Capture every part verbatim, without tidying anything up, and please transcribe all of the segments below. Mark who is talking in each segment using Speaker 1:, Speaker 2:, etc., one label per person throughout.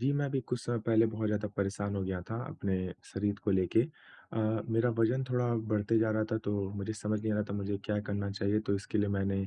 Speaker 1: जी, मैं अभी कुछ समय पहले बहुत ज़्यादा परेशान हो गया था अपने शरीर को लेके। अ, मेरा वज़न थोड़ा बढ़ते जा रहा था, तो मुझे समझ नहीं आ रहा था मुझे क्या करना चाहिए। तो इसके लिए मैंने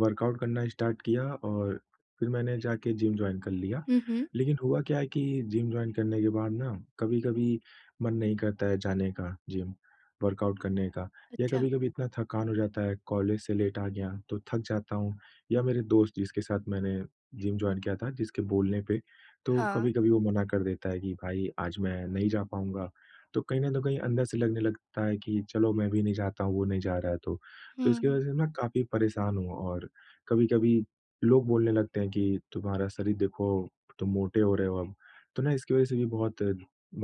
Speaker 1: वर्कआउट करना स्टार्ट किया, और फिर मैंने जाके जिम जॉइन कर लिया।
Speaker 2: हुँ, हुँ।
Speaker 1: लेकिन हुआ क्या है कि जिम जॉइन करने के बाद ना कभी-कभी मन नहीं करता है जाने का जिम, वर्कआउट करने का, या
Speaker 2: अच्छा।
Speaker 1: कभी-कभी इतना थकान हो जाता है, कॉलेज से लेट आ गया तो थक जाता हूँ, या मेरे दोस्त जिसके साथ मैंने जिम जॉइन किया था, जिसके बोलने पे, तो
Speaker 2: हाँ।
Speaker 1: कभी-कभी वो मना कर देता है कि भाई आज मैं नहीं जा पाऊँगा। तो कहीं न तो कहीं अंदर से लगने लगता है कि चलो मैं भी नहीं जाता हूँ, वो नहीं जा रहा है तो। तो इसकी
Speaker 2: हुँ।
Speaker 1: वज़ह से मैं काफ़ी परेशान हूँ, और कभी-कभी लोग बोलने लगते हैं कि तुम्हारा शरीर देखो, तुम मोटे हो रहे हो अब। तो ना इसकी वज़ह से भी बहुत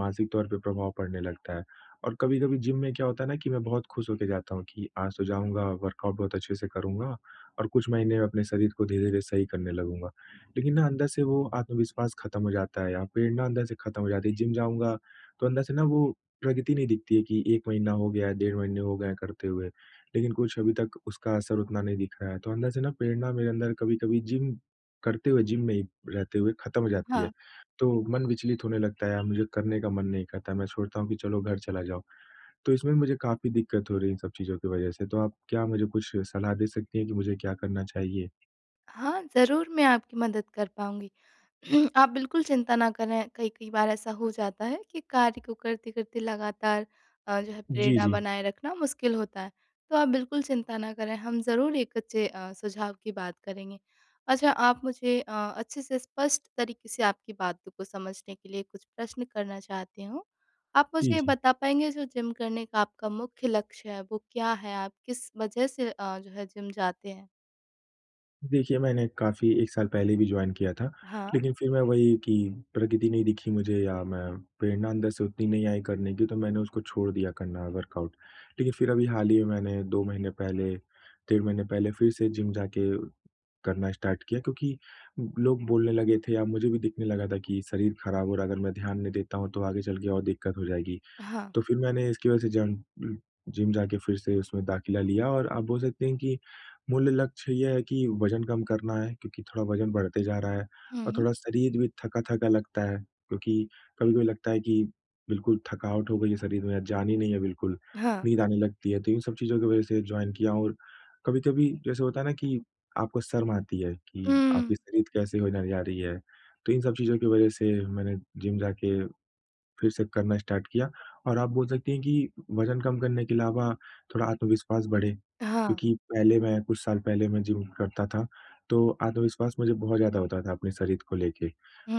Speaker 1: मानसिक तौर पे प्रभाव पड़ने लगता है। और कभी-कभी जिम में क्या होता है ना कि मैं बहुत खुश होके जाता हूँ कि आज तो जाऊँगा, वर्कआउट बहुत अच्छे से करूँगा और कुछ महीने में अपने शरीर को धीरे-धीरे सही करने लगूँगा। लेकिन ना अंदर से वो आत्मविश्वास खत्म हो जाता है, या प्रेरणा अंदर से खत्म हो जाती है। जिम जाऊँगा तो अंदर से ना वो प्रगति नहीं दिखती है कि एक महीना हो गया है, डेढ़ महीने हो गए हैं करते हुए, लेकिन कुछ अभी तक उसका असर उतना नहीं दिख रहा है। तो अंदर से ना प्रेरणा मेरे अंदर कभी-कभी जिम करते हुए, जिम में ही रहते हुए खत्म हो जाती है।
Speaker 2: हाँ।
Speaker 1: तो मन विचलित होने लगता है, मुझे करने का मन नहीं करता, मैं सोचता हूँ कि चलो घर चला जाओ। तो इसमें मुझे काफ़ी दिक्कत हो रही है इन सब चीज़ों की वजह से। तो आप क्या मुझे कुछ सलाह दे सकती हैं कि मुझे क्या करना चाहिए?
Speaker 2: हाँ, ज़रूर मैं आपकी मदद कर पाऊँगी। हम्म, आप बिल्कुल चिंता ना करें। कई-कई बार ऐसा हो जाता है कि कार्य को करते-करते लगातार अ, जो है
Speaker 1: जी,
Speaker 2: प्रेरणा
Speaker 1: जी।
Speaker 2: बनाए रखना मुश्किल होता है। तो आप बिल्कुल चिंता ना करें, हम ज़रूर एक अच्छे अ, सुझाव की बात करेंगे। अच्छा, आप मुझे अ, अच्छे से स्पष्ट तरीके से आपकी बातों को समझने के लिए कुछ प्रश्न करना चाहती हूँ। आप
Speaker 1: जी,
Speaker 2: मुझे ये
Speaker 1: जी।
Speaker 2: बता पाएँगे जो जिम करने का आपका मुख्य लक्ष्य है वो क्या है? आप किस वजह से अ, जो है जिम जाते हैं?
Speaker 1: देखिए, मैंने काफ़ी एक साल पहले भी जॉइन किया था,
Speaker 2: हाँ,
Speaker 1: लेकिन फिर मैं वही कि प्रगति नहीं दिखी मुझे, या मैं प्रेरणा अंदर से उतनी नहीं आई करने की, तो मैंने उसको छोड़ दिया करना वर्कआउट। लेकिन फिर अभी हाल ही में मैंने दो महीने पहले, डेढ़ महीने पहले फिर से जिम जाके करना स्टार्ट किया, क्योंकि लोग बोलने लगे थे या मुझे भी दिखने लगा था कि शरीर खराब हो रहा है, अगर मैं ध्यान नहीं देता हूँ, तो आगे चल के और दिक्कत हो जाएगी।
Speaker 2: हाँ।
Speaker 1: तो फिर मैंने इसकी वजह से जम जिम जाके फिर से उसमें दाखिला लिया, और आप बोल सकते हैं कि मूल लक्ष्य ये है कि वज़न कम करना है, क्योंकि थोड़ा वज़न बढ़ते जा रहा है और
Speaker 2: हुँ,
Speaker 1: थोड़ा शरीर भी थका-थका लगता है, क्योंकि कभी-कभी लगता है कि बिल्कुल थकावट हो गई है शरीर में, जान ही नहीं है बिल्कुल,
Speaker 2: हाँ।
Speaker 1: नींद आने लगती है। तो इन सब चीज़ों की वजह से जॉइन किया, और कभी-कभी जैसे होता है ना कि आपको शर्म आती है कि
Speaker 2: हुँ,
Speaker 1: आपकी शरीर कैसे होने जा रही है। तो इन सब चीज़ों की वजह से मैंने जिम जाके फिर से करना स्टार्ट किया, और आप बोल सकती हैं कि वज़न कम करने के अलावा थोड़ा आत्मविश्वास बढ़े,
Speaker 2: हाँ।
Speaker 1: क्योंकि पहले मैं, कुछ साल पहले मैं जिम करता था, तो आत्मविश्वास मुझे बहुत ज़्यादा होता था अपने शरीर को लेके।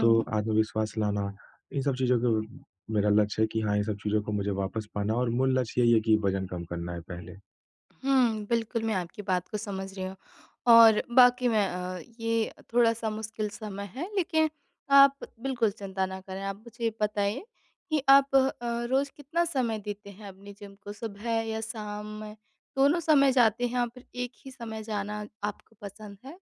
Speaker 1: तो आत्मविश्वास लाना, इन सब चीज़ों को, मेरा लक्ष्य है कि हाँ, इन सब चीज़ों को मुझे वापस पाना, और मूल लक्ष्य यही है कि वज़न कम करना है पहले।
Speaker 2: हुँ, बिल्कुल मैं आपकी बात को समझ रही हूँ, और बाकी मैं अ, ये थोड़ा-सा मुश्किल समय है, लेकिन आप बिल्कुल चिंता ना करें। आप मुझे बताइए कि आप अ, रोज़ कितना समय देते हैं अपने जिम को? सुबह या शाम में? दोनों समय जाते हैं, या फिर एक ही समय जाना आपको पसंद है?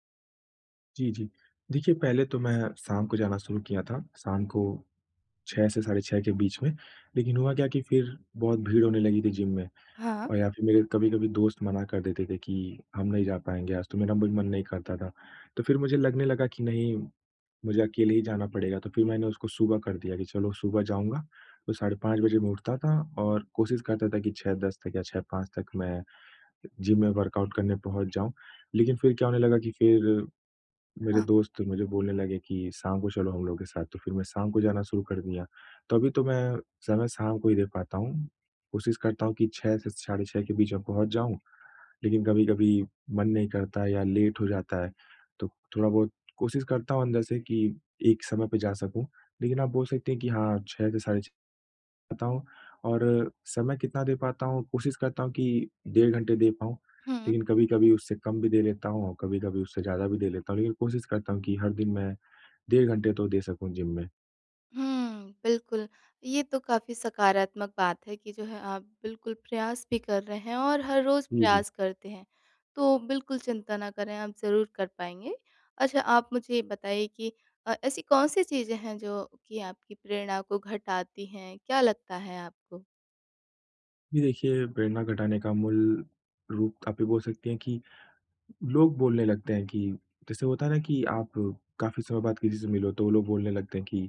Speaker 1: जी, जी। देखिए, पहले तो मैं शाम को जाना शुरू किया था, शाम को छह से साढ़े छह के बीच में, लेकिन हुआ क्या कि फिर बहुत भीड़ होने लगी थी जिम में,
Speaker 2: हाँ,
Speaker 1: और या फिर मेरे कभी-कभी दोस्त मना कर देते थे कि हम नहीं जा पाएँगे आज, तो मेरा भी मन नहीं करता था। तो फिर मुझे लगने लगा कि नहीं, मुझे अकेले ही जाना पड़ेगा, तो फिर मैंने उसको सुबह कर दिया कि चलो सुबह जाऊँगा, तो साढ़े पाँच बजे मैं उठता था और कोशिश करता था कि छह बजकर दस तक या छह बजकर पाँच तक मैं जिम में वर्कआउट करने पहुँच जाऊँ। लेकिन फिर क्या होने लगा कि फिर मेरे
Speaker 2: हाँ।
Speaker 1: दोस्त मुझे बोलने लगे कि शाम को चलो हम लोग के साथ, तो फिर मैं शाम को जाना शुरू कर दिया। तो अभी तो मैं समय शाम को ही दे पाता हूँ। कोशिश करता हूँ कि छह से साढ़े छह के बीच में पहुँच जाऊँ, लेकिन कभी-कभी मन नहीं करता या लेट हो जाता है। तो थोड़ा बहुत कोशिश करता हूँ अंदर से कि एक समय पे जा सकूँ, लेकिन आप बोल सकते हैं कि हाँ, छह से साढ़े छ पाता हूँ, और समय कितना दे पाता हूँ, कोशिश करता हूँ कि डेढ़ घंटे दे पाऊँ,
Speaker 2: हुँ।
Speaker 1: लेकिन कभी-कभी उससे कम भी दे लेता हूँ, कभी-कभी उससे ज़्यादा भी दे लेता हूँ, लेकिन कोशिश करता हूँ कि हर दिन मैं डेढ़ घंटे तो दे सकूँ जिम में।
Speaker 2: हुँ, बिल्कुल। ये तो काफ़ी सकारात्मक बात है कि जो है आप बिल्कुल प्रयास भी कर रहे हैं, और हर रोज़
Speaker 1: जी, जी।
Speaker 2: प्रयास करते हैं। तो बिल्कुल चिंता ना करें, आप ज़रूर कर पाएँगे। अच्छा, आप मुझे ये बताइए कि अ, ऐसी कौन-सी चीज़ें हैं जो कि आपकी प्रेरणा को घटाती हैं? क्या लगता है आपको?
Speaker 1: जी, देखिए, प्रेरणा घटाने का मूल रूप आप ये बोल सकती हैं कि लोग बोलने लगते हैं कि जैसे होता है ना कि आप काफ़ी समय बाद किसी से मिलो, तो वो लोग बोलने लगते हैं कि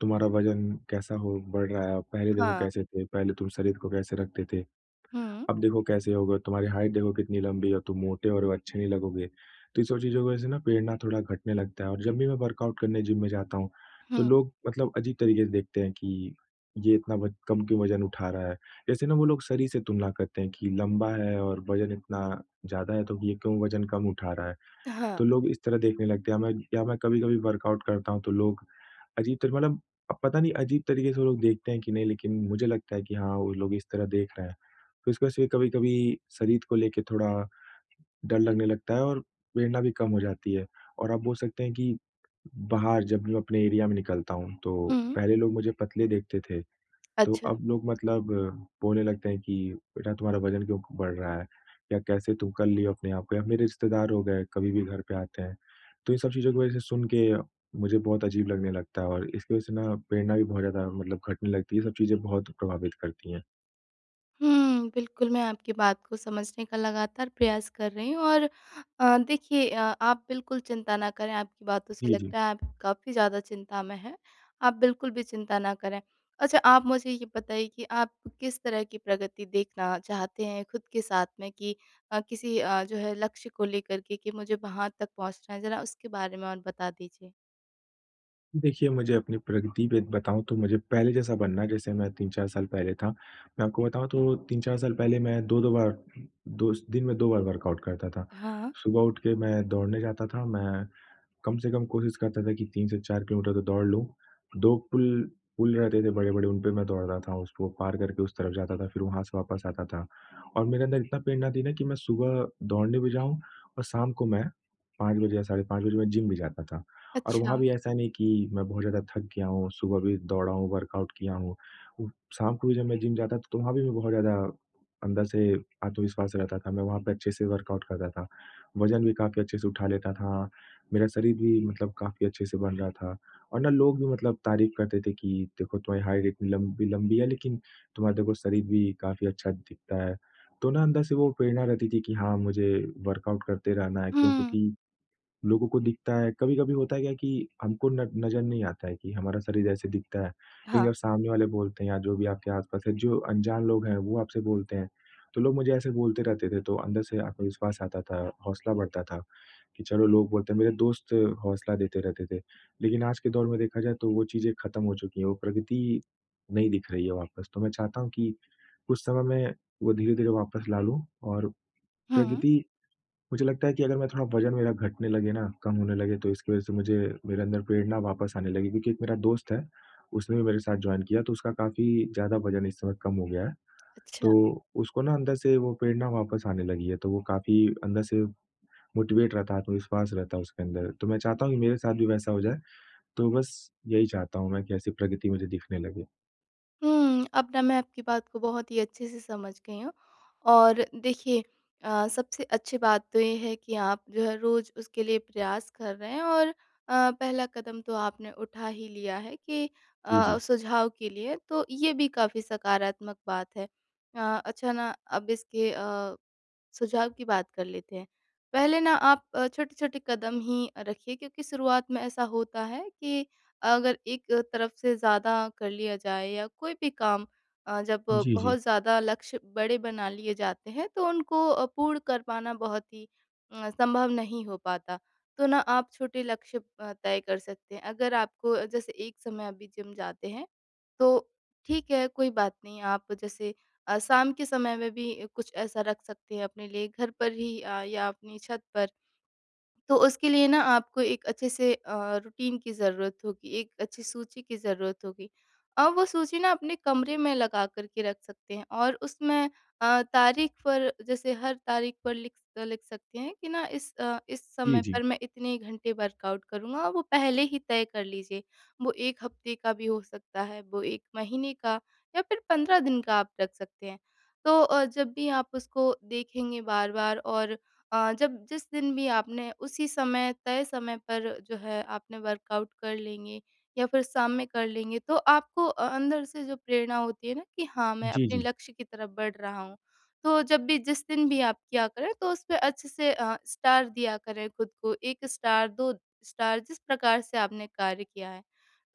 Speaker 1: तुम्हारा वज़न कैसा हो बढ़ रहा है, पहले देखो
Speaker 2: हाँ।
Speaker 1: कैसे थे, पहले तुम शरीर को कैसे रखते थे।
Speaker 2: हुँ।
Speaker 1: अब देखो कैसे होगा, तुम्हारी हाइट देखो कितनी लंबी हो, तुम मोटे हो रहे हो, अच्छे नहीं लगोगे। तो ये सब चीज़ों की वज़ह से ना प्रेरणा थोड़ा घटने लगता है, और जब भी मैं वर्कआउट करने जिम में जाता हूँ, तो
Speaker 2: हुँ।
Speaker 1: लोग मतलब अजीब तरीके से देखते हैं कि ये इतना ब कम क्यों वज़न उठा रहा है। जैसे ना वो लोग शरीर से तुलना करते हैं कि लंबा है और वज़न इतना ज़्यादा है, तो ये क्यों वज़न कम उठा रहा है।
Speaker 2: हाँ।
Speaker 1: तो लोग इस तरह देखने लगते हैं। मैं या मैं कभी-कभी वर्कआउट करता हूँ, तो लोग अजीब तर मतलब, अब पता नहीं अजीब तरीके से वो लोग देखते हैं कि नहीं, लेकिन मुझे लगता है कि हाँ, वो लोग इस तरह देख रहे हैं। तो इसकी वजह से कभी-कभी शरीर को लेके थोड़ा डर लगने लगता है, और प्रेरणा भी कम हो जाती है। और आप बोल सकते हैं कि बाहर जब मैं अपने एरिया में निकलता हूँ, तो
Speaker 2: हुँ।
Speaker 1: पहले लोग मुझे पतले देखते थे। तो
Speaker 2: अच्छा।
Speaker 1: अब लोग मतलब बोलने लगते हैं कि बेटा, तुम्हारा वज़न क्यों बढ़ रहा है? या कैसे तुम कर लिए हो अपने आप को? या मेरे रिश्तेदार हो गए, कभी भी घर पे आते हैं। तो इन सब चीज़ों की वज़ह से सुन के मुझे बहुत अजीब लगने लगता है, और इसकी वज़ह से ना प्रेरणा भी बहुत ज़्यादा मतलब घटने लगती है। ये सब चीज़ें बहुत प्रभावित करती हैं।
Speaker 2: हुँ, बिल्कुल, मैं आपकी बात को समझने का लगातार प्रयास कर रही हूँ, और अ, देखिए, अ, आप बिल्कुल चिंता ना करें, आपकी बातों से
Speaker 1: जी,
Speaker 2: लग
Speaker 1: जी।
Speaker 2: रहा है आप काफ़ी ज़्यादा चिंता में हैं। आप बिल्कुल भी चिंता ना करें। अच्छा, आप मुझे ये बताइए कि आप किस तरह की प्रगति देखना चाहते हैं खुद के साथ में, कि अ, किसी अ, जो है लक्ष्य को लेकर के कि मुझे वहाँ तक पहुँचना है, ज़रा उसके बारे में और बता दीजिए?
Speaker 1: देखिए, मुझे अपनी प्रगति पे बताऊँ तो मुझे पहले जैसा बनना है, जैसे मैं तीन चार साल पहले था। मैं आपको बताऊँ तो तीन चार साल पहले मैं दो दो बार, दो दिन में दो बार वर्कआउट करता था।
Speaker 2: हाँ,
Speaker 1: सुबह उठ के मैं दौड़ने जाता था, मैं कम से कम कोशिश करता था कि तीन से चार किलोमीटर तो दौड़ लूँ। दो पुल पुल रहते थे बड़े-बड़े, उन पे मैं दौड़ता था, उसको पार करके उस तरफ जाता था, फिर वहाँ से वापस आता था। और मेरे अंदर इतना प्रेरणा थी ना कि मैं सुबह दौड़ने भी जाऊँ, और शाम को मैं पाँच बजे या साढ़े पाँच बजे मैं जिम भी जाता था। और
Speaker 2: अच्छा।
Speaker 1: वहाँ भी ऐसा नहीं कि मैं बहुत ज़्यादा थक गया हूँ, सुबह भी दौड़ा हूँ, वर्कआउट किया हूँ। उ शाम को भी जब मैं जिम जाता था, तो वहाँ भी मैं बहुत ज़्यादा अंदर से आत्मविश्वास रहता था, मैं वहाँ पे अच्छे से वर्कआउट करता था। वज़न भी काफ़ी अच्छे से उठा लेता था, मेरा शरीर भी मतलब काफ़ी अच्छे से बन रहा था, और ना लोग भी मतलब तारीफ़ करते थे कि देखो तुम्हारी हाइट इतनी लंबी लंबी है, लेकिन तुम्हारा देखो शरीर भी काफ़ी अच्छा दिखता है। तो ना अंदर से वो प्रेरणा रहती थी कि हाँ, मुझे वर्कआउट करते रहना है, क्यों?
Speaker 2: हुँ,
Speaker 1: क्योंकि लोगों को दिखता है, कभी-कभी होता है क्या कि हमको न नज़र नहीं आता है कि हमारा शरीर ऐसे दिखता है। लेकिन
Speaker 2: हाँ,
Speaker 1: जब सामने वाले बोलते हैं, या जो भी आपके आस-पास है, जो अनजान लोग हैं वो आपसे बोलते हैं, तो लोग मुझे ऐसे बोलते रहते थे तो अंदर से आत्मविश्वास आता था, हौसला बढ़ता था। कि चलो लोग बोलते हैं, मेरे दोस्त हौसला देते रहते थे। लेकिन आज के दौर में देखा जाए तो वो चीज़ें ख़त्म हो चुकी हैं, वो प्रगति नहीं दिख रही है वापस। तो मैं चाहता हूँ कि कुछ समय में वो धीरे-धीरे वापस ला लूँ, और
Speaker 2: हुँ,
Speaker 1: प्रगति, मुझे लगता है कि अगर मैं, थोड़ा वज़न मेरा घटने लगे ना, कम होने लगे, तो इसकी वज़ह से मुझे, मेरे अंदर प्रेरणा वापस आने लगी। क्योंकि एक मेरा दोस्त है, उसने भी मेरे साथ जॉइन किया, तो उसका काफ़ी ज़्यादा वज़न इस समय कम हो गया है।
Speaker 2: अच्छा।
Speaker 1: तो उसको ना अंदर से वो प्रेरणा वापस आने लगी है, तो वो काफ़ी अंदर से मोटिवेट रहता है, आत्मविश्वास रहता है उसके अंदर। तो मैं चाहता हूँ कि मेरे साथ भी वैसा हो जाए, तो बस यही चाहता हूँ मैं कि ऐसी प्रगति मुझे दिखने लगे।
Speaker 2: हुँ, अब ना मैं आपकी बात को बहुत ही अच्छे से समझ गई हूँ। और देखिए, अ, सबसे अच्छी बात तो ये है कि आप जो है रोज़ उसके लिए प्रयास कर रहे हैं, और अ, पहला कदम तो आपने उठा ही लिया है कि
Speaker 1: जी,
Speaker 2: अ,
Speaker 1: जी।
Speaker 2: सुझाव के लिए, तो ये भी काफ़ी सकारात्मक बात है। अ, अच्छा ना, अब इसके अ सुझाव की बात कर लेते हैं। पहले ना आप अ, छोटे-छोटे कदम ही रखिए, क्योंकि शुरुआत में ऐसा होता है कि अगर एक तरफ से ज़्यादा कर लिया जाए, या कोई भी काम अ, जब
Speaker 1: जी, जी।
Speaker 2: बहुत ज़्यादा लक्ष्य बड़े बना लिए जाते हैं, तो उनको अ, पूर्ण कर पाना बहुत ही अ, संभव नहीं हो पाता। तो ना आप छोटे लक्ष्य अ, तय कर सकते हैं। अगर आपको जैसे एक समय अभी जिम जाते हैं, तो ठीक है, कोई बात नहीं, आप जैसे अ, शाम के समय में भी कुछ ऐसा रख सकते हैं अपने लिए घर पर ही, अ, या अपनी छत पर। तो उसके लिए ना आपको एक अच्छे से अ, रूटीन की ज़रूरत होगी, एक अच्छी सूची की ज़रूरत होगी। अब वो सूची ना अपने कमरे में लगा कर के रख सकते हैं, और उसमें अ, तारीख पर, जैसे हर तारीख पर लिख लिख सकते हैं कि ना इस अ, इस
Speaker 1: जी,
Speaker 2: समय
Speaker 1: जी।
Speaker 2: पर मैं इतने घंटे वर्कआउट करूँगा, और वो पहले ही तय कर लीजिए। वो एक हफ्ते का भी हो सकता है, वो एक महीने का, या फिर पंद्रह दिन का आप रख सकते हैं। तो अ, जब भी आप उसको देखेंगे बार-बार, और अ, जब जिस दिन भी आपने उसी समय तय समय पर जो है आपने वर्कआउट कर लेंगे या फिर शाम में कर लेंगे, तो आपको अ, अंदर से जो प्रेरणा होती है ना कि हाँ, मैं
Speaker 1: जी,
Speaker 2: अपने
Speaker 1: जी।
Speaker 2: लक्ष्य की तरफ बढ़ रहा हूँ। तो जब भी जिस दिन भी आप किया करें, तो उस पे अच्छे से अ, स्टार दिया करें, खुद को एक स्टार, दो स्टार, जिस प्रकार से आपने कार्य किया है।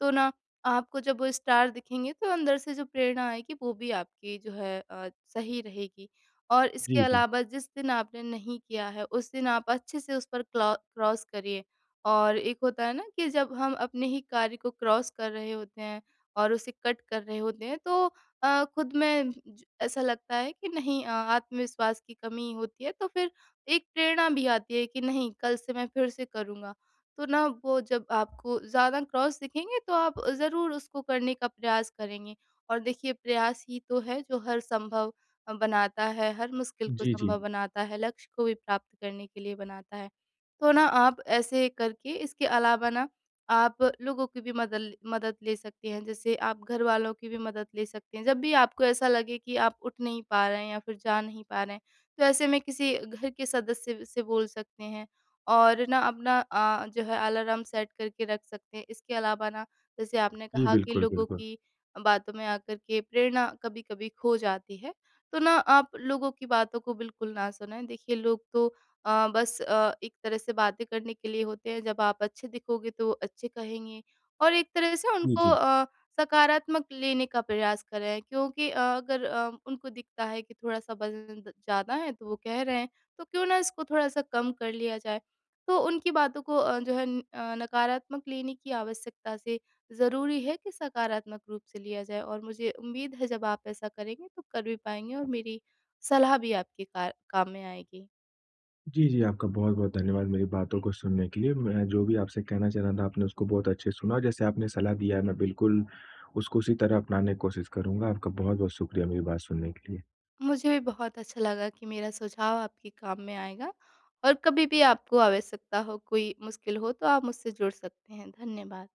Speaker 2: तो ना आपको जब वो स्टार दिखेंगे, तो अंदर से जो प्रेरणा आएगी वो भी आपकी जो है अ, सही रहेगी। और इसके
Speaker 1: जी, जी।
Speaker 2: अलावा जिस दिन आपने नहीं किया है, उस दिन आप अच्छे से उस पर क्लॉ क्रॉस करिए। और एक होता है ना कि जब हम अपने ही कार्य को क्रॉस कर रहे होते हैं और उसे कट कर रहे होते हैं, तो अ, खुद में ज ऐसा लगता है कि नहीं, अ, आत्मविश्वास की कमी होती है, तो फिर एक प्रेरणा भी आती है कि नहीं, कल से मैं फिर से करूँगा। तो ना वो जब आपको ज़्यादा क्रॉस दिखेंगे, तो आप ज़रूर उसको करने का प्रयास करेंगे। और देखिए, प्रयास ही तो है जो हर संभव अ, बनाता है, हर मुश्किल को
Speaker 1: जी, जी।
Speaker 2: संभव बनाता है, लक्ष्य को भी प्राप्त करने के लिए बनाता है। तो ना आप ऐसे करके, इसके अलावा ना आप लोगों की भी मदद ल मदद ले सकते हैं, जैसे आप घरवालों की भी मदद ले सकते हैं। जब भी आपको ऐसा लगे कि आप उठ नहीं पा रहे हैं या फिर जा नहीं पा रहे हैं, तो ऐसे में किसी घर के सदस्य से बोल सकते हैं, और ना अपना अ, जो है अलार्म सेट करके रख सकते हैं। इसके अलावा ना, जैसे आपने
Speaker 1: जी,
Speaker 2: कहा कि
Speaker 1: बिल्कुल,
Speaker 2: लोगों
Speaker 1: बिल्कुल।
Speaker 2: की बातों में आकर के प्रेरणा कभी-कभी खो जाती है। तो ना आप लोगों की बातों को बिल्कुल ना सुनें। देखिए, लोग तो अ, बस अ, एक तरह से बातें करने के लिए होते हैं, जब आप अच्छे दिखोगे तो वो अच्छे कहेंगे, और एक तरह से
Speaker 1: जी,
Speaker 2: उनको
Speaker 1: जी।
Speaker 2: अ, सकारात्मक लेने का प्रयास करें, क्योंकि अ, अगर अ, उनको दिखता है कि थोड़ा-सा वज़न द ज़्यादा है तो वो कह रहे हैं, तो क्यों ना इसको थोड़ा-सा कम कर लिया जाए। तो उनकी बातों को अ, जो है न अ, नकारात्मक लेने की आवश्यकता से ज़रूरी है कि सकारात्मक रूप से लिया जाए, और मुझे उम्मीद है जब आप ऐसा करेंगे तो कर भी पाएँगे, और मेरी सलाह भी आपके कार काम में आएगी।
Speaker 1: जी, जी, आपका बहुत-बहुत धन्यवाद मेरी बातों को सुनने के लिए। मैं जो भी आपसे कहना चाह रहा था, आपने उसको बहुत अच्छे से सुना। जैसे आपने सलाह दिया है, मैं बिल्कुल उसको उसी तरह अपनाने की कोशिश करूँगा। आपका बहुत-बहुत शुक्रिया मेरी बात सुनने के लिए।
Speaker 2: मुझे भी बहुत अच्छा लगा कि मेरा सुझाव आपके काम में आएगा, और कभी भी आपको आवश्यकता हो, कोई मुश्किल हो, तो आप मुझसे जुड़ सकते हैं। धन्यवाद।